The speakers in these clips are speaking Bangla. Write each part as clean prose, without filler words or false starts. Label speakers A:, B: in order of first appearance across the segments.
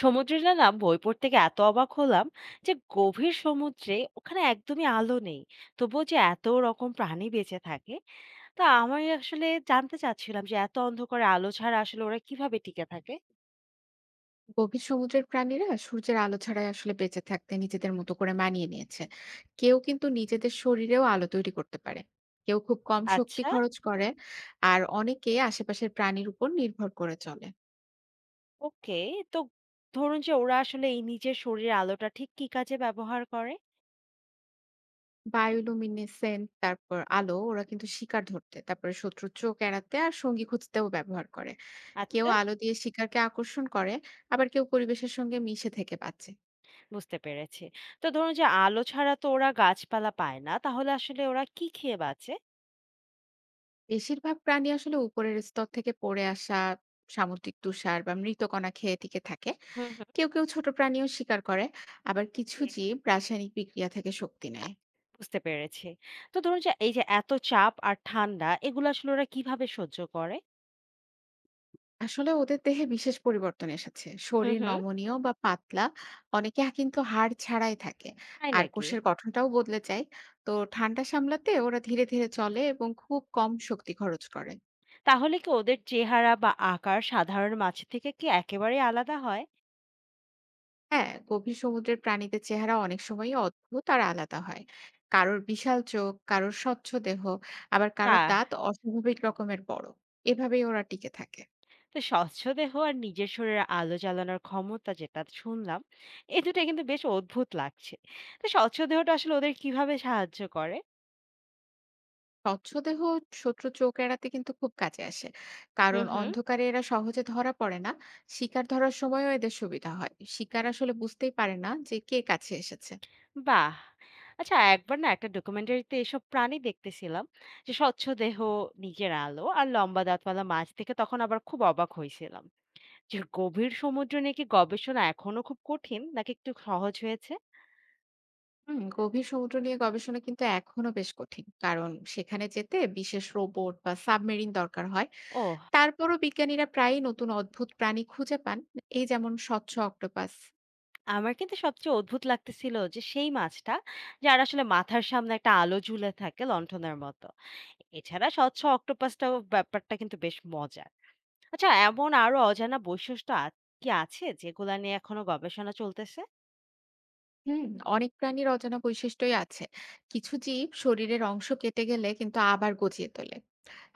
A: সমুদ্রে না না বই পড়তে গিয়ে এত অবাক হলাম যে গভীর সমুদ্রে ওখানে একদমই আলো নেই, তবুও যে এত রকম প্রাণী বেঁচে থাকে, তা আমি আসলে জানতে চাচ্ছিলাম যে এত অন্ধকারে আলো ছাড়া আসলে ওরা কিভাবে টিকে থাকে।
B: গভীর সমুদ্রের প্রাণীরা সূর্যের আলো ছাড়াই আসলে বেঁচে থাকতে নিজেদের মতো করে মানিয়ে নিয়েছে। কেউ কিন্তু নিজেদের শরীরেও আলো তৈরি করতে পারে, কেউ খুব কম শক্তি
A: আচ্ছা।
B: খরচ করে, আর অনেকে আশেপাশের প্রাণীর উপর নির্ভর করে চলে।
A: ওকে। তো ধরুন যে ওরা আসলে এই নিজের শরীরের আলোটা ঠিক কি কাজে ব্যবহার করে?
B: বায়োলুমিনেসেন্ট তারপর আলো ওরা কিন্তু শিকার ধরতে, তারপরে শত্রুর চোখ এড়াতে আর সঙ্গী খুঁজতেও ব্যবহার করে। কেউ
A: আচ্ছা।
B: আলো দিয়ে শিকারকে আকর্ষণ করে, আবার কেউ পরিবেশের সঙ্গে মিশে থেকে বাঁচে।
A: বুঝতে পেরেছি। তো ধরুন যে আলো ছাড়া তো ওরা গাছপালা পায় না, তাহলে আসলে ওরা কি খেয়ে বাঁচে?
B: বেশিরভাগ প্রাণী আসলে উপরের স্তর থেকে পড়ে আসা সামুদ্রিক তুষার বা মৃতকণা খেয়ে টিকে থাকে।
A: হুম।
B: কেউ কেউ ছোট প্রাণীও শিকার করে, আবার কিছু
A: হুম,
B: জীব রাসায়নিক বিক্রিয়া থেকে শক্তি নেয়।
A: বুঝতে পেরেছি। তো ধরুন যে এই যে এত চাপ আর ঠান্ডা এগুলো আসলে ওরা কিভাবে সহ্য করে?
B: আসলে ওদের দেহে বিশেষ পরিবর্তন এসেছে,
A: হুম,
B: শরীর
A: হুম।
B: নমনীয় বা পাতলা, অনেকে কিন্তু হাড় ছাড়াই থাকে,
A: তাই
B: আর
A: নাকি?
B: কোষের গঠনটাও বদলে যায়। তো ঠান্ডা সামলাতে ওরা ধীরে ধীরে চলে এবং খুব কম শক্তি খরচ করে।
A: তাহলে কি ওদের চেহারা বা আকার সাধারণ মাছের থেকে কি একেবারেই আলাদা হয়?
B: হ্যাঁ, গভীর সমুদ্রের প্রাণীদের চেহারা অনেক সময়ই অদ্ভুত আর আলাদা হয়। কারোর বিশাল চোখ, কারোর স্বচ্ছ দেহ, আবার কারোর
A: না।
B: দাঁত অস্বাভাবিক রকমের বড়। এভাবেই ওরা টিকে থাকে।
A: তো স্বচ্ছ দেহ আর নিজের শরীরে আলো জ্বালানোর ক্ষমতা যেটা শুনলাম, এই দুটা কিন্তু বেশ অদ্ভুত লাগছে। তো স্বচ্ছ দেহটা আসলে ওদের কিভাবে সাহায্য করে?
B: স্বচ্ছ দেহ শত্রু চোখ এড়াতে কিন্তু খুব কাজে আসে, কারণ
A: হুম, হুম।
B: অন্ধকারে এরা সহজে ধরা পড়ে না। শিকার ধরার সময়ও এদের সুবিধা হয়, শিকার আসলে বুঝতেই পারে না যে কে কাছে এসেছে।
A: বাহ! আচ্ছা, একবার না একটা ডকুমেন্টারিতে এসব প্রাণী দেখতেছিলাম, যে স্বচ্ছ দেহ, নিজের আলো আর লম্বা দাঁতওয়ালা মাছ দেখে তখন আবার খুব অবাক হয়েছিলাম। যে গভীর সমুদ্র নিয়ে কি গবেষণা এখনো খুব কঠিন নাকি একটু সহজ হয়েছে?
B: হুম, গভীর সমুদ্র নিয়ে গবেষণা কিন্তু এখনো বেশ কঠিন, কারণ সেখানে যেতে বিশেষ রোবট বা সাবমেরিন দরকার হয়।
A: ওহ!
B: তারপরও বিজ্ঞানীরা প্রায়ই নতুন অদ্ভুত প্রাণী খুঁজে পান, এই যেমন স্বচ্ছ অক্টোপাস।
A: আমার কিন্তু সবচেয়ে অদ্ভুত লাগতেছিল যে সেই মাছটা, যার আসলে মাথার সামনে একটা আলো ঝুলে থাকে লণ্ঠনের মতো। এছাড়া স্বচ্ছ অক্টোপাসটাও ব্যাপারটা কিন্তু বেশ মজার। আচ্ছা, এমন আরো অজানা বৈশিষ্ট্য কি আছে যেগুলা নিয়ে এখনো গবেষণা চলতেছে?
B: হুম, অনেক প্রাণীর অজানা বৈশিষ্ট্যই আছে। কিছু জীব শরীরের অংশ কেটে গেলে কিন্তু আবার গজিয়ে তোলে।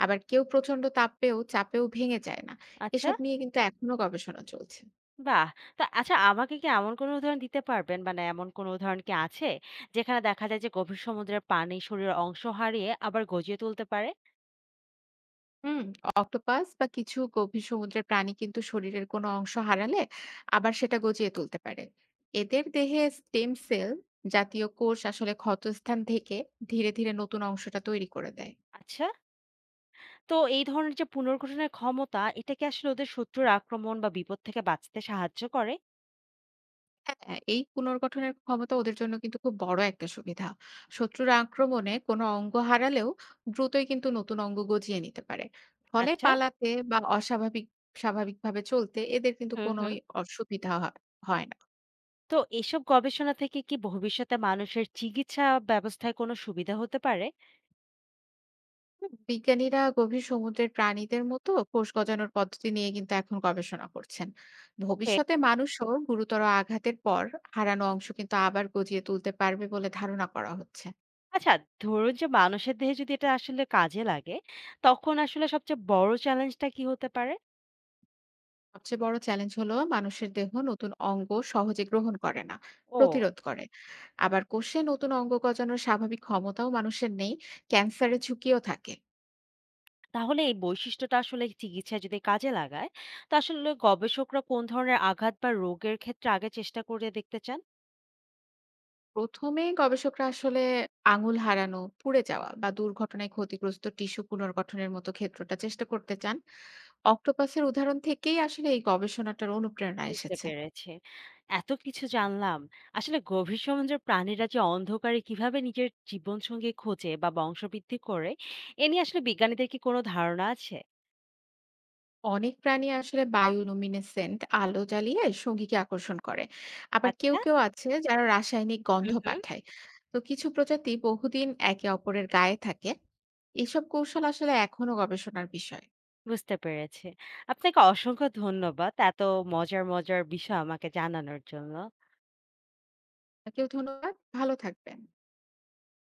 B: আবার কেউ প্রচণ্ড তাপেও চাপেও ভেঙে যায় না।
A: আচ্ছা।
B: এসব নিয়ে কিন্তু এখনো গবেষণা চলছে।
A: বাহ! তা আচ্ছা, আমাকে কি এমন কোনো উদাহরণ দিতে পারবেন? মানে এমন কোনো উদাহরণ কি আছে যেখানে দেখা যায় যে গভীর সমুদ্রের পানি শরীরের অংশ হারিয়ে আবার গজিয়ে তুলতে পারে?
B: হুম, অক্টোপাস বা কিছু গভীর সমুদ্রের প্রাণী কিন্তু শরীরের কোনো অংশ হারালে আবার সেটা গজিয়ে তুলতে পারে। এদের দেহে স্টেম সেল জাতীয় কোষ আসলে ক্ষতস্থান থেকে ধীরে ধীরে নতুন অংশটা তৈরি করে দেয়।
A: আচ্ছা, তো এই ধরনের যে পুনর্গঠনের ক্ষমতা, এটা কি আসলে ওদের শত্রুর আক্রমণ বা বিপদ থেকে বাঁচতে সাহায্য করে?
B: হ্যাঁ, এই পুনর্গঠনের ক্ষমতা ওদের জন্য কিন্তু খুব বড় একটা সুবিধা। শত্রুর আক্রমণে কোনো অঙ্গ হারালেও দ্রুতই কিন্তু নতুন অঙ্গ গজিয়ে নিতে পারে। ফলে
A: আচ্ছা।
B: পালাতে বা অস্বাভাবিক স্বাভাবিকভাবে চলতে এদের কিন্তু
A: হুম, হুম।
B: কোনোই অসুবিধা হয় হয় না।
A: তো এসব গবেষণা থেকে কি ভবিষ্যতে মানুষের চিকিৎসা ব্যবস্থায় কোনো সুবিধা হতে পারে?
B: বিজ্ঞানীরা গভীর সমুদ্রের প্রাণীদের মতো কোষ গজানোর পদ্ধতি নিয়ে কিন্তু এখন গবেষণা করছেন।
A: ওকে।
B: ভবিষ্যতে মানুষও গুরুতর আঘাতের পর হারানো অংশ কিন্তু আবার গজিয়ে তুলতে পারবে বলে ধারণা করা হচ্ছে।
A: আচ্ছা, ধরুন যে মানুষের দেহে যদি এটা আসলে কাজে লাগে, তখন আসলে সবচেয়ে বড় চ্যালেঞ্জটা কি হতে পারে?
B: সবচেয়ে বড় চ্যালেঞ্জ হলো মানুষের দেহ নতুন অঙ্গ সহজে গ্রহণ করে না,
A: ও!
B: প্রতিরোধ করে। আবার কোষে নতুন অঙ্গ গজানোর স্বাভাবিক ক্ষমতাও মানুষের নেই, ক্যান্সারের ঝুঁকিও থাকে।
A: তাহলে এই বৈশিষ্ট্যটা আসলে চিকিৎসায় যদি কাজে লাগায়, তো আসলে গবেষকরা কোন ধরনের আঘাত বা রোগের ক্ষেত্রে আগে চেষ্টা করে দেখতে চান?
B: প্রথমে গবেষকরা আসলে আঙুল হারানো, পুড়ে যাওয়া বা দুর্ঘটনায় ক্ষতিগ্রস্ত টিস্যু পুনর্গঠনের মতো ক্ষেত্রটা চেষ্টা করতে চান। অক্টোপাসের উদাহরণ থেকেই আসলে এই গবেষণাটার অনুপ্রেরণা
A: বুঝতে
B: এসেছে।
A: পেরেছি। এত কিছু জানলাম। আসলে গভীর সমুদ্রের প্রাণীরা যে অন্ধকারে কিভাবে নিজের জীবনসঙ্গী খোঁজে বা বংশবৃদ্ধি করে, এ নিয়ে আসলে বিজ্ঞানীদের কি কোনো ধারণা আছে?
B: অনেক প্রাণী আসলে বায়োলুমিনেসেন্ট আলো জ্বালিয়ে সঙ্গীকে আকর্ষণ করে, আবার কেউ
A: আচ্ছা।
B: কেউ আছে যারা রাসায়নিক গন্ধ
A: হুম, হুম।
B: পাঠায়। তো কিছু প্রজাতি বহুদিন একে অপরের গায়ে থাকে। এসব কৌশল আসলে এখনো গবেষণার বিষয়।
A: বুঝতে পেরেছি। আপনাকে অসংখ্য ধন্যবাদ এত মজার, মজার বিষয় আমাকে জানানোর জন্য।
B: কেউ ধন্যবাদ, ভালো থাকবেন।